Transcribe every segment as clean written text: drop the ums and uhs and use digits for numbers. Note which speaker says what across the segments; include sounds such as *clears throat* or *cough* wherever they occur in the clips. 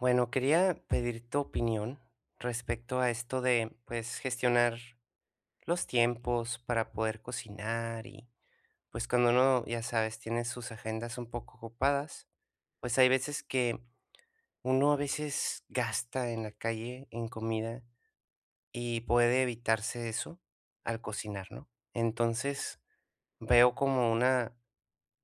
Speaker 1: Bueno, quería pedir tu opinión respecto a esto de, pues, gestionar los tiempos para poder cocinar y, pues, cuando uno, ya sabes, tiene sus agendas un poco ocupadas, pues hay veces que uno a veces gasta en la calle en comida y puede evitarse eso al cocinar, ¿no? Entonces veo como una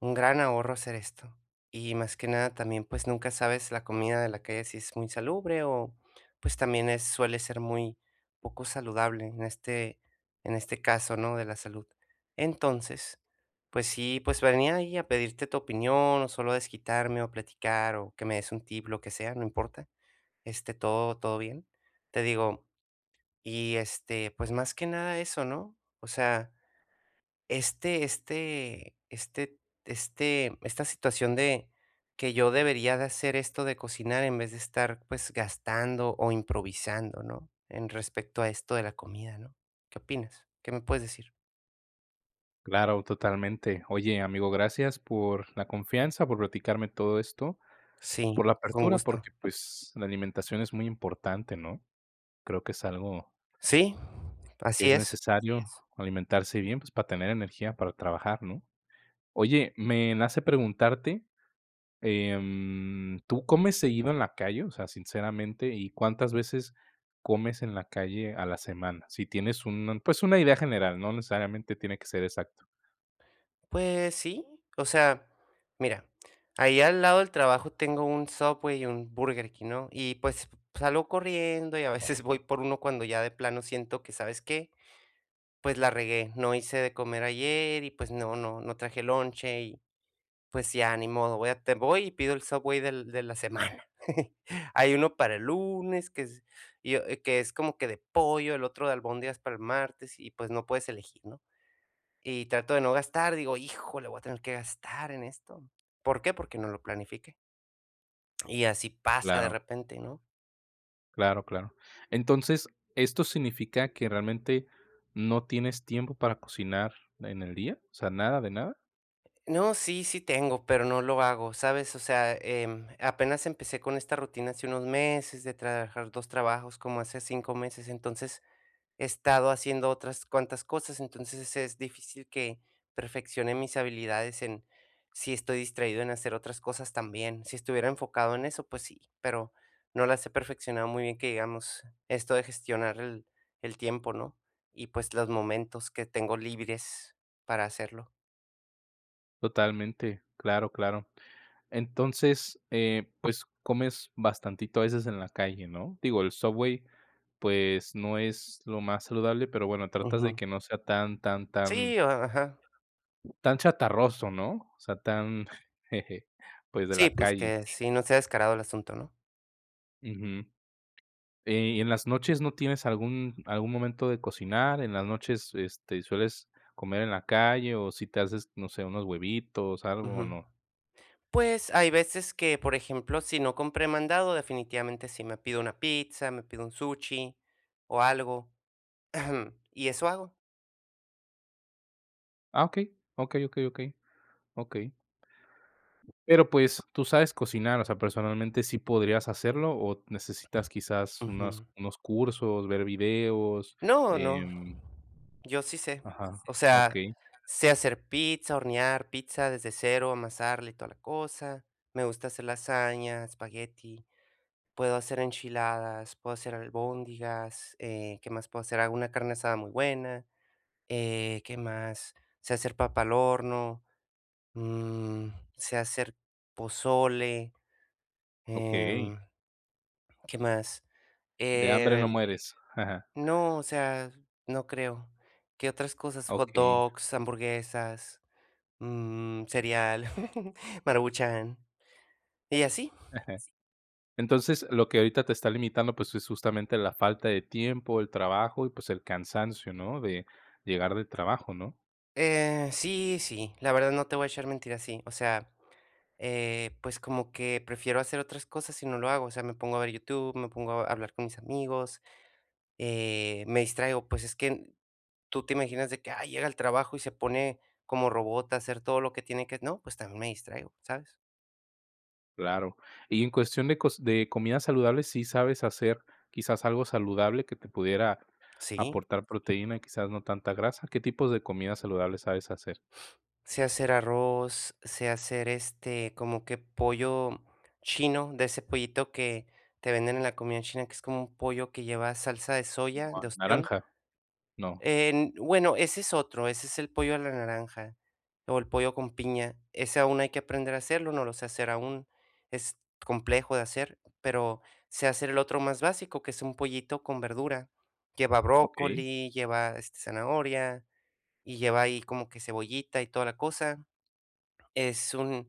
Speaker 1: un gran ahorro hacer esto. Y más que nada también, pues, nunca sabes la comida de la calle si es muy salubre o, pues, también es suele ser muy poco saludable en en este caso, ¿no?, de la salud. Entonces, pues sí, pues, venía ahí a pedirte tu opinión, o solo a desquitarme, o platicar, o que me des un tip, lo que sea, no importa, todo bien. Te digo, y, pues, más que nada eso, ¿no? O sea, este este este esta situación de que yo debería de hacer esto de cocinar en vez de estar, pues, gastando o improvisando, ¿no? En respecto a esto de la comida, ¿no? ¿Qué opinas? ¿Qué me puedes decir?
Speaker 2: Claro, totalmente. Oye, amigo, gracias por la confianza, por platicarme todo esto,
Speaker 1: Sí,
Speaker 2: por la
Speaker 1: con
Speaker 2: apertura,
Speaker 1: gusto.
Speaker 2: porque pues la alimentación es muy importante, ¿no? Creo que es algo
Speaker 1: Sí,
Speaker 2: que es.
Speaker 1: así
Speaker 2: Así
Speaker 1: es.
Speaker 2: necesario es alimentarse bien, pues para tener energía para trabajar, ¿no? Oye, me nace preguntarte, ¿tú comes seguido en la calle? O sea, sinceramente, ¿y cuántas veces comes en la calle a la semana? Si tienes un, pues una idea general, no necesariamente tiene que ser exacto.
Speaker 1: Pues sí, o sea, mira, ahí al lado del trabajo tengo un Subway y un Burger King, ¿no? Y, pues, salgo corriendo y a veces *laughs* voy por uno cuando ya de plano siento que, ¿sabes qué? Pues la regué, no hice de comer ayer y pues no, no, no traje lonche y pues ya ni modo, voy a te voy y pido el Subway del de la semana. *laughs* Hay uno para el lunes que es y, que es como que de pollo, el otro de albóndigas para el martes y pues no puedes elegir, ¿no? Y trato de no gastar, digo: "Híjole, voy a tener que gastar en esto". ¿Por qué? Porque no lo planifique. Y así pasa de
Speaker 2: Claro.
Speaker 1: repente, ¿no?
Speaker 2: Claro, claro. Entonces, ¿esto significa que realmente no tienes tiempo para cocinar en el día? O sea, nada de nada.
Speaker 1: No, sí, sí tengo, pero no lo hago, ¿sabes? O sea, apenas empecé con esta rutina hace unos meses de trabajar dos trabajos, como hace 5 meses, entonces he estado haciendo otras cuantas cosas, entonces es difícil que perfeccione mis habilidades en si estoy distraído en hacer otras cosas también. Si estuviera enfocado en eso, pues sí, pero no las he perfeccionado muy bien, que digamos, esto de gestionar el tiempo, ¿no? Y pues los momentos que tengo libres para hacerlo.
Speaker 2: Totalmente, claro, claro. Entonces, pues comes bastantito a veces en la calle, ¿no? Digo, el Subway, pues no es lo más saludable, pero bueno, tratas de que no sea tan, tan, tan,
Speaker 1: Sí, o ajá.
Speaker 2: tan chatarroso, ¿no? O sea, tan, *laughs* jeje, pues de la
Speaker 1: Sí, pues
Speaker 2: calle.
Speaker 1: que sí no sea descarado el asunto, ¿no?
Speaker 2: Ujú. ¿Y en las noches no tienes algún momento de cocinar? ¿En las noches, este, sueles comer en la calle o si te haces, no sé, unos huevitos, algo o
Speaker 1: Ujú.
Speaker 2: no?
Speaker 1: Pues, hay veces que, por ejemplo, si no compré mandado, definitivamente sí me pido una pizza, me pido un sushi o algo, *clears throat* y eso hago.
Speaker 2: Ah, okey, okey, okey, okey, okey. Pero, pues, tú sabes cocinar, o sea, personalmente, ¿sí podrías hacerlo o necesitas quizás
Speaker 1: Ujú.
Speaker 2: unos cursos, ver videos? No,
Speaker 1: No, no.
Speaker 2: Sí,
Speaker 1: Yo sí sé.
Speaker 2: ajá, sé.
Speaker 1: O sea,
Speaker 2: Okey.
Speaker 1: sé hacer pizza, hornear pizza desde cero, amasarle y toda la cosa. Me gusta hacer lasaña, espagueti. Puedo hacer enchiladas, puedo hacer albóndigas, ¿qué más puedo hacer? Hago una carne asada muy buena, ¿qué más? Sé hacer papa al horno, mm, sé hacer pozole, em, ¿qué más?
Speaker 2: De hambre
Speaker 1: Eh,
Speaker 2: no mueres. Ajá,
Speaker 1: no, o sea, no creo. ¿Qué otras cosas? Hot
Speaker 2: okey.
Speaker 1: dogs, hamburguesas, cereal, *laughs* Maruchan. Y así.
Speaker 2: *laughs* Entonces, lo que ahorita te está limitando, pues, es justamente la falta de tiempo, el trabajo y, pues, el cansancio, ¿no? De llegar del trabajo, ¿no?
Speaker 1: Sí, sí, la verdad no te voy a echar mentiras, sí. O sea, pues como que prefiero hacer otras cosas si no lo hago, o sea, me pongo a ver YouTube, me pongo a hablar con mis amigos, me distraigo, pues es que tú te imaginas de que, ah, llega al trabajo y se pone como robot a hacer todo lo que tiene que, no, pues también me distraigo, ¿sabes?
Speaker 2: Claro. Y en cuestión de cos de comida saludable, ¿sí sabes hacer quizás algo saludable que te pudiera
Speaker 1: Sí,
Speaker 2: aportar proteína, quizás no tanta grasa? ¿Qué tipos de comida saludable sabes hacer?
Speaker 1: sé hacer arroz, sé hacer este como que pollo chino, de ese pollito que te venden en la comida china, que es como un pollo que lleva salsa de soya, de
Speaker 2: ¿Como
Speaker 1: ostión.
Speaker 2: naranja? No.
Speaker 1: En bueno, ese es otro, ese es el pollo a la naranja, o el pollo con piña. Ese aún hay que aprender a hacerlo, no lo sé hacer aún, es complejo de hacer, pero sé hacer el otro más básico, que es un pollito con verdura. Lleva
Speaker 2: Okey.
Speaker 1: brócoli, lleva, zanahoria, y lleva ahí como que cebollita y toda la cosa. Es un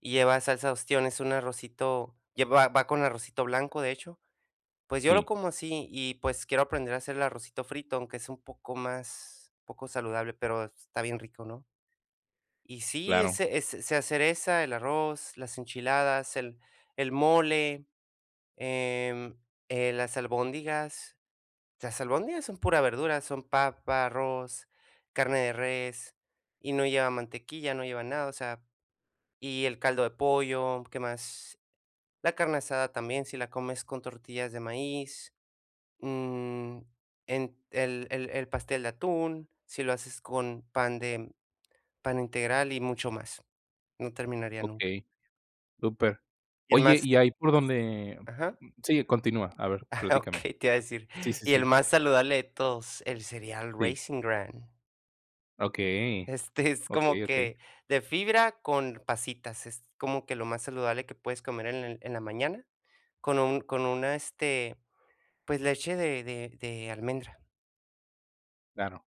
Speaker 1: y lleva salsa de ostión, es un arrocito lleva va con arrocito blanco, de hecho. Pues yo lo
Speaker 2: Sí,
Speaker 1: como así y, pues, quiero aprender a hacer el arrocito frito, aunque es un poco más poco saludable, pero está bien rico, ¿no? Y sí,
Speaker 2: claro.
Speaker 1: ese sé hacer esa, el arroz, las enchiladas, el mole, em, las albóndigas. Las albóndigas son pura verdura, son papa, arroz, carne de res, y no lleva mantequilla, no lleva nada, o sea, y el caldo de pollo, ¿qué más? La carne asada también, si la comes con tortillas de maíz. Mm, en el pastel de atún, si lo haces con pan integral y mucho más. No terminaría nunca.
Speaker 2: Okey, súper.
Speaker 1: Y el
Speaker 2: Oye,
Speaker 1: más
Speaker 2: y ahí por donde,
Speaker 1: ajá,
Speaker 2: mm, sí, continúa. A ver,
Speaker 1: *laughs*
Speaker 2: platícame.
Speaker 1: okey, te iba a decir,
Speaker 2: Sí, sí,
Speaker 1: y el
Speaker 2: sí.
Speaker 1: más saludable de todos, el cereal
Speaker 2: Sí.
Speaker 1: Raisin gran.
Speaker 2: Okey.
Speaker 1: Este, es como
Speaker 2: Okey, sí, sí,
Speaker 1: que de fibra con pasitas, es como que lo más saludable que puedes comer en el en la mañana con un con una, pues, leche de almendra.
Speaker 2: claro,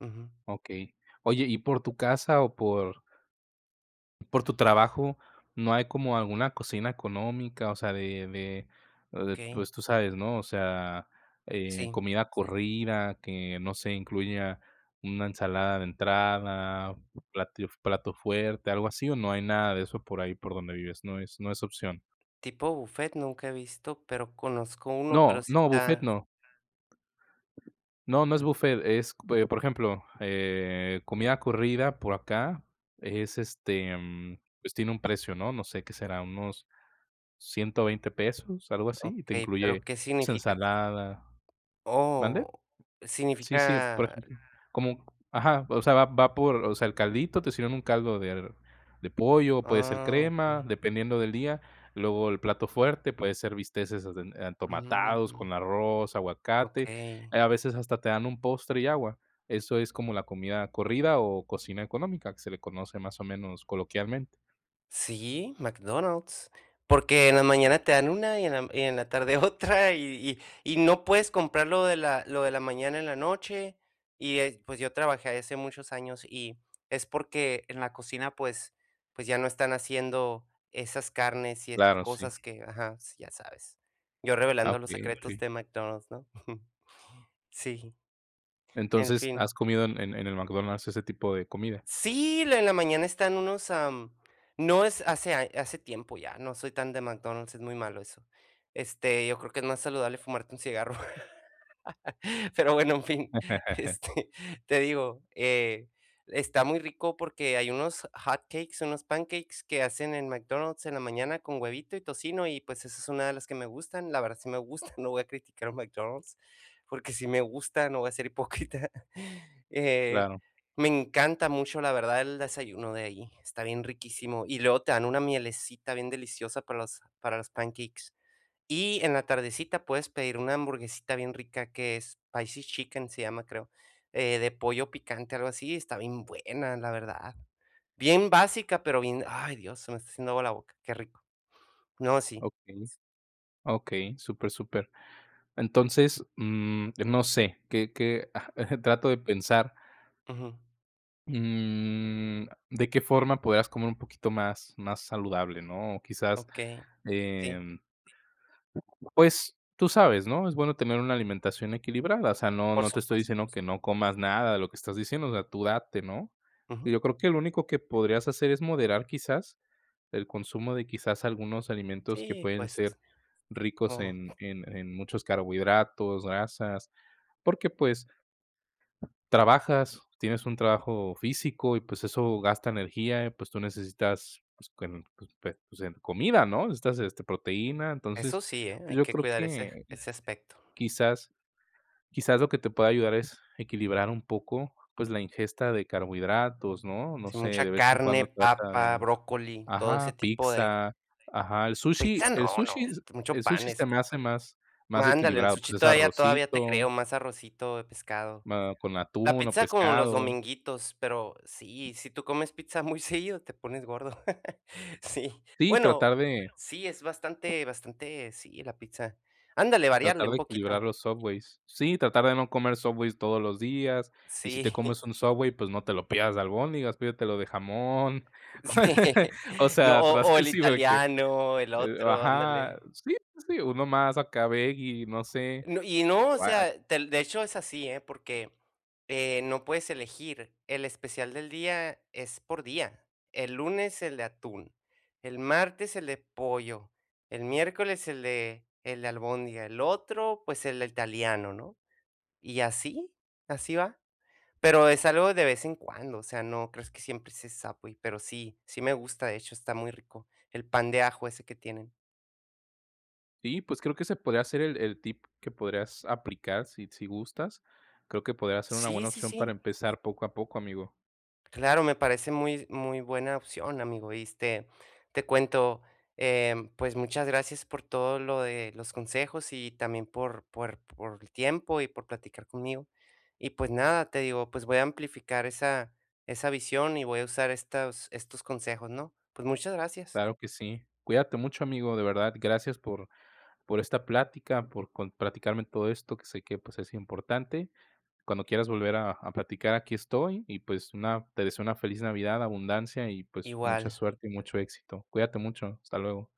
Speaker 1: Ujú,
Speaker 2: okey. Oye, y por tu casa o por tu trabajo, ¿no hay como alguna cocina económica? O sea, de,
Speaker 1: okey,
Speaker 2: pues, tú sabes, ¿no? O sea,
Speaker 1: sí.
Speaker 2: comida corrida que, no sé, incluya una ensalada de entrada, plato fuerte, algo así, ¿o no hay nada de eso por ahí por donde vives? No es opción.
Speaker 1: Tipo buffet nunca he visto, pero conozco uno, pero
Speaker 2: No,
Speaker 1: sí
Speaker 2: no, buffet
Speaker 1: está
Speaker 2: no. No, no es
Speaker 1: ah,
Speaker 2: buffet, es, por ejemplo, comida corrida por acá es este, mm, pues tiene un precio, ¿no? No sé qué será, unos 120 pesos, algo así, y te
Speaker 1: okey, pero,
Speaker 2: incluye,
Speaker 1: ¿qué
Speaker 2: pues,
Speaker 1: significa?
Speaker 2: ensalada. ¿Mande?
Speaker 1: Oh,
Speaker 2: Sí, sí, por
Speaker 1: significa
Speaker 2: ejemplo, como, ajá, o sea, va por, o sea, el caldito, te sirven un caldo de pollo, puede ser
Speaker 1: ah, okey,
Speaker 2: crema, dependiendo del día. Luego el plato fuerte puede ser bisteces aden entomatados
Speaker 1: mm,
Speaker 2: con arroz, aguacate,
Speaker 1: okey.
Speaker 2: a veces hasta te dan un postre y agua. Eso es como la comida corrida o cocina económica, que se le conoce más o menos coloquialmente.
Speaker 1: Sí, McDonald's, porque en la mañana te dan una y en la tarde *laughs* otra, y no puedes comprar lo de la mañana en la noche, y, pues, yo trabajé hace muchos años, y es porque en la cocina, pues pues, ya no están haciendo esas carnes y esas
Speaker 2: Claro, sí.
Speaker 1: cosas que ajá, s ya sabes. Yo
Speaker 2: Ah,
Speaker 1: revelando los
Speaker 2: okey,
Speaker 1: secretos
Speaker 2: okey.
Speaker 1: de McDonald's, ¿no? *laughs* Sí, en
Speaker 2: Entonces, ¿has
Speaker 1: fin.
Speaker 2: comido en el McDonald's ese tipo de comida?
Speaker 1: Sí, en la mañana están unos, no es hace a hace tiempo ya, no soy tan de McDonald's, es muy malo eso. Este, yo creo que es más saludable fumarte un cigarro. *laughs* Pero bueno, en fin, *laughs*
Speaker 2: *laughs*
Speaker 1: este, te digo, está muy rico porque hay unos hotcakes, unos pancakes que hacen en McDonald's en la mañana con huevito y tocino y pues esa es una de las que me gustan. La verdad sí me gusta, *laughs* no voy a criticar a McDonald's porque si me gusta, no voy a ser hipócrita. *laughs* Eh,
Speaker 2: Claro,
Speaker 1: me encanta mucho, la verdad, el desayuno de ahí, está bien riquísimo. Y luego te dan una mielecita bien deliciosa para los pancakes. Y en la tardecita puedes pedir una hamburguesita bien rica que es spicy chicken, se llama, creo, de pollo picante, algo así, está bien buena, la verdad. Bien básica, pero bien, ay, Dios, se me está haciendo agua la boca, qué rico. No, sí.
Speaker 2: okey, okey, súper, súper. Entonces, mm, no sé, que *laughs* trato de pensar,
Speaker 1: Ujú.
Speaker 2: mm, de qué forma podrás comer un poquito más más saludable, ¿no? O quizás,
Speaker 1: Okey. Sí,
Speaker 2: em, pues, tú sabes, ¿no? Es bueno tener una alimentación equilibrada, o sea, no
Speaker 1: por
Speaker 2: no te estoy
Speaker 1: supuesto.
Speaker 2: diciendo que no comas nada de lo que estás diciendo, o sea, tú date, ¿no? Y
Speaker 1: Ujú.
Speaker 2: yo creo que lo único que podrías hacer es moderar quizás el consumo de quizás algunos alimentos que
Speaker 1: Sí,
Speaker 2: pueden
Speaker 1: pues,
Speaker 2: ser ricos
Speaker 1: como
Speaker 2: en muchos carbohidratos, grasas, porque, pues, trabajas, tienes un trabajo físico y, pues, eso gasta energía, pues, tú necesitas, pues, cuen pues, pe pues, en comida, ¿no? Necesitas, este, proteína.
Speaker 1: eso
Speaker 2: Entonces,
Speaker 1: sí, ¿eh?
Speaker 2: pues,
Speaker 1: Hay
Speaker 2: yo
Speaker 1: que
Speaker 2: creo, sí,
Speaker 1: cuidar
Speaker 2: que
Speaker 1: ese aspecto.
Speaker 2: quizás, quizás lo que te puede ayudar es equilibrar un poco, pues, la ingesta de carbohidratos, ¿no? No
Speaker 1: Sí,
Speaker 2: sé,
Speaker 1: mucha
Speaker 2: de vez en
Speaker 1: carne,
Speaker 2: cuando trata
Speaker 1: papa,
Speaker 2: de,
Speaker 1: brócoli, todo ese
Speaker 2: ajá,
Speaker 1: tipo de
Speaker 2: pizza, ajá, el
Speaker 1: pizza
Speaker 2: sushi el
Speaker 1: no, no,
Speaker 2: sushi es-
Speaker 1: mucho
Speaker 2: el
Speaker 1: pan
Speaker 2: sushi
Speaker 1: eso.
Speaker 2: se me hace más más
Speaker 1: Ándale, el
Speaker 2: equilibrado, pues,
Speaker 1: sushi
Speaker 2: es
Speaker 1: todavía todavía
Speaker 2: arrocito,
Speaker 1: te creo, más arrocito de pescado.
Speaker 2: ma con
Speaker 1: La
Speaker 2: atún o
Speaker 1: pizza como los
Speaker 2: pescado.
Speaker 1: dominguitos, pero sí, si tú comes pizza muy *laughs* seguido, te pones gordo. *laughs* Sí.
Speaker 2: Sí,
Speaker 1: Bueno, sí, es bastante, sí, la pizza. Ándale, variarle
Speaker 2: tratar de
Speaker 1: un
Speaker 2: equilibrar
Speaker 1: poquito.
Speaker 2: los Subways. Sí, tratar de no comer Subways todos los días, y si te
Speaker 1: Sí, *laughs*
Speaker 2: comes un Subway, pues, no te lo pidas de albóndigas, pídetelo de jamón.
Speaker 1: sí.
Speaker 2: *laughs* O
Speaker 1: No,
Speaker 2: sea, tras
Speaker 1: o
Speaker 2: *laughs*
Speaker 1: el
Speaker 2: sí, porque,
Speaker 1: italiano, el otro,
Speaker 2: ajá,
Speaker 1: ándale.
Speaker 2: sí, sí, uno más acá veggie, no sé.
Speaker 1: No, y no, o
Speaker 2: O a
Speaker 1: sea, te de hecho es así, ¿eh? Porque, no puedes elegir. El especial del día es por día. El lunes el de atún, el martes el de pollo, el miércoles el de albóndiga, el otro, pues, el italiano, ¿no? Y así, así va. Pero es algo de vez en cuando, o sea, no crees que siempre es esa, pero sí, sí me gusta, de hecho, está muy rico, el pan de ajo ese que tienen.
Speaker 2: sí, pues, creo que ese podría ser el tip que podrías aplicar si si gustas. Creo que podría ser una
Speaker 1: Sí,
Speaker 2: buena
Speaker 1: sí,
Speaker 2: opción para
Speaker 1: sí.
Speaker 2: empezar poco a poco, amigo.
Speaker 1: Claro, me parece muy, muy buena opción, amigo. Y te cuento, pues muchas gracias por todo lo de los consejos y también por el tiempo y por platicar conmigo. Y pues nada, te digo, pues voy a amplificar esa visión y voy a usar estos consejos, ¿no? Pues muchas gracias.
Speaker 2: Claro que sí. Cuídate mucho, amigo, de verdad, gracias por esta plática, por platicarme todo esto, que sé que pues es importante. Cuando quieras volver a platicar, aquí estoy y pues una, te deseo una feliz Navidad, abundancia y pues mucha
Speaker 1: Igual.
Speaker 2: suerte y mucho éxito. Cuídate mucho, hasta luego.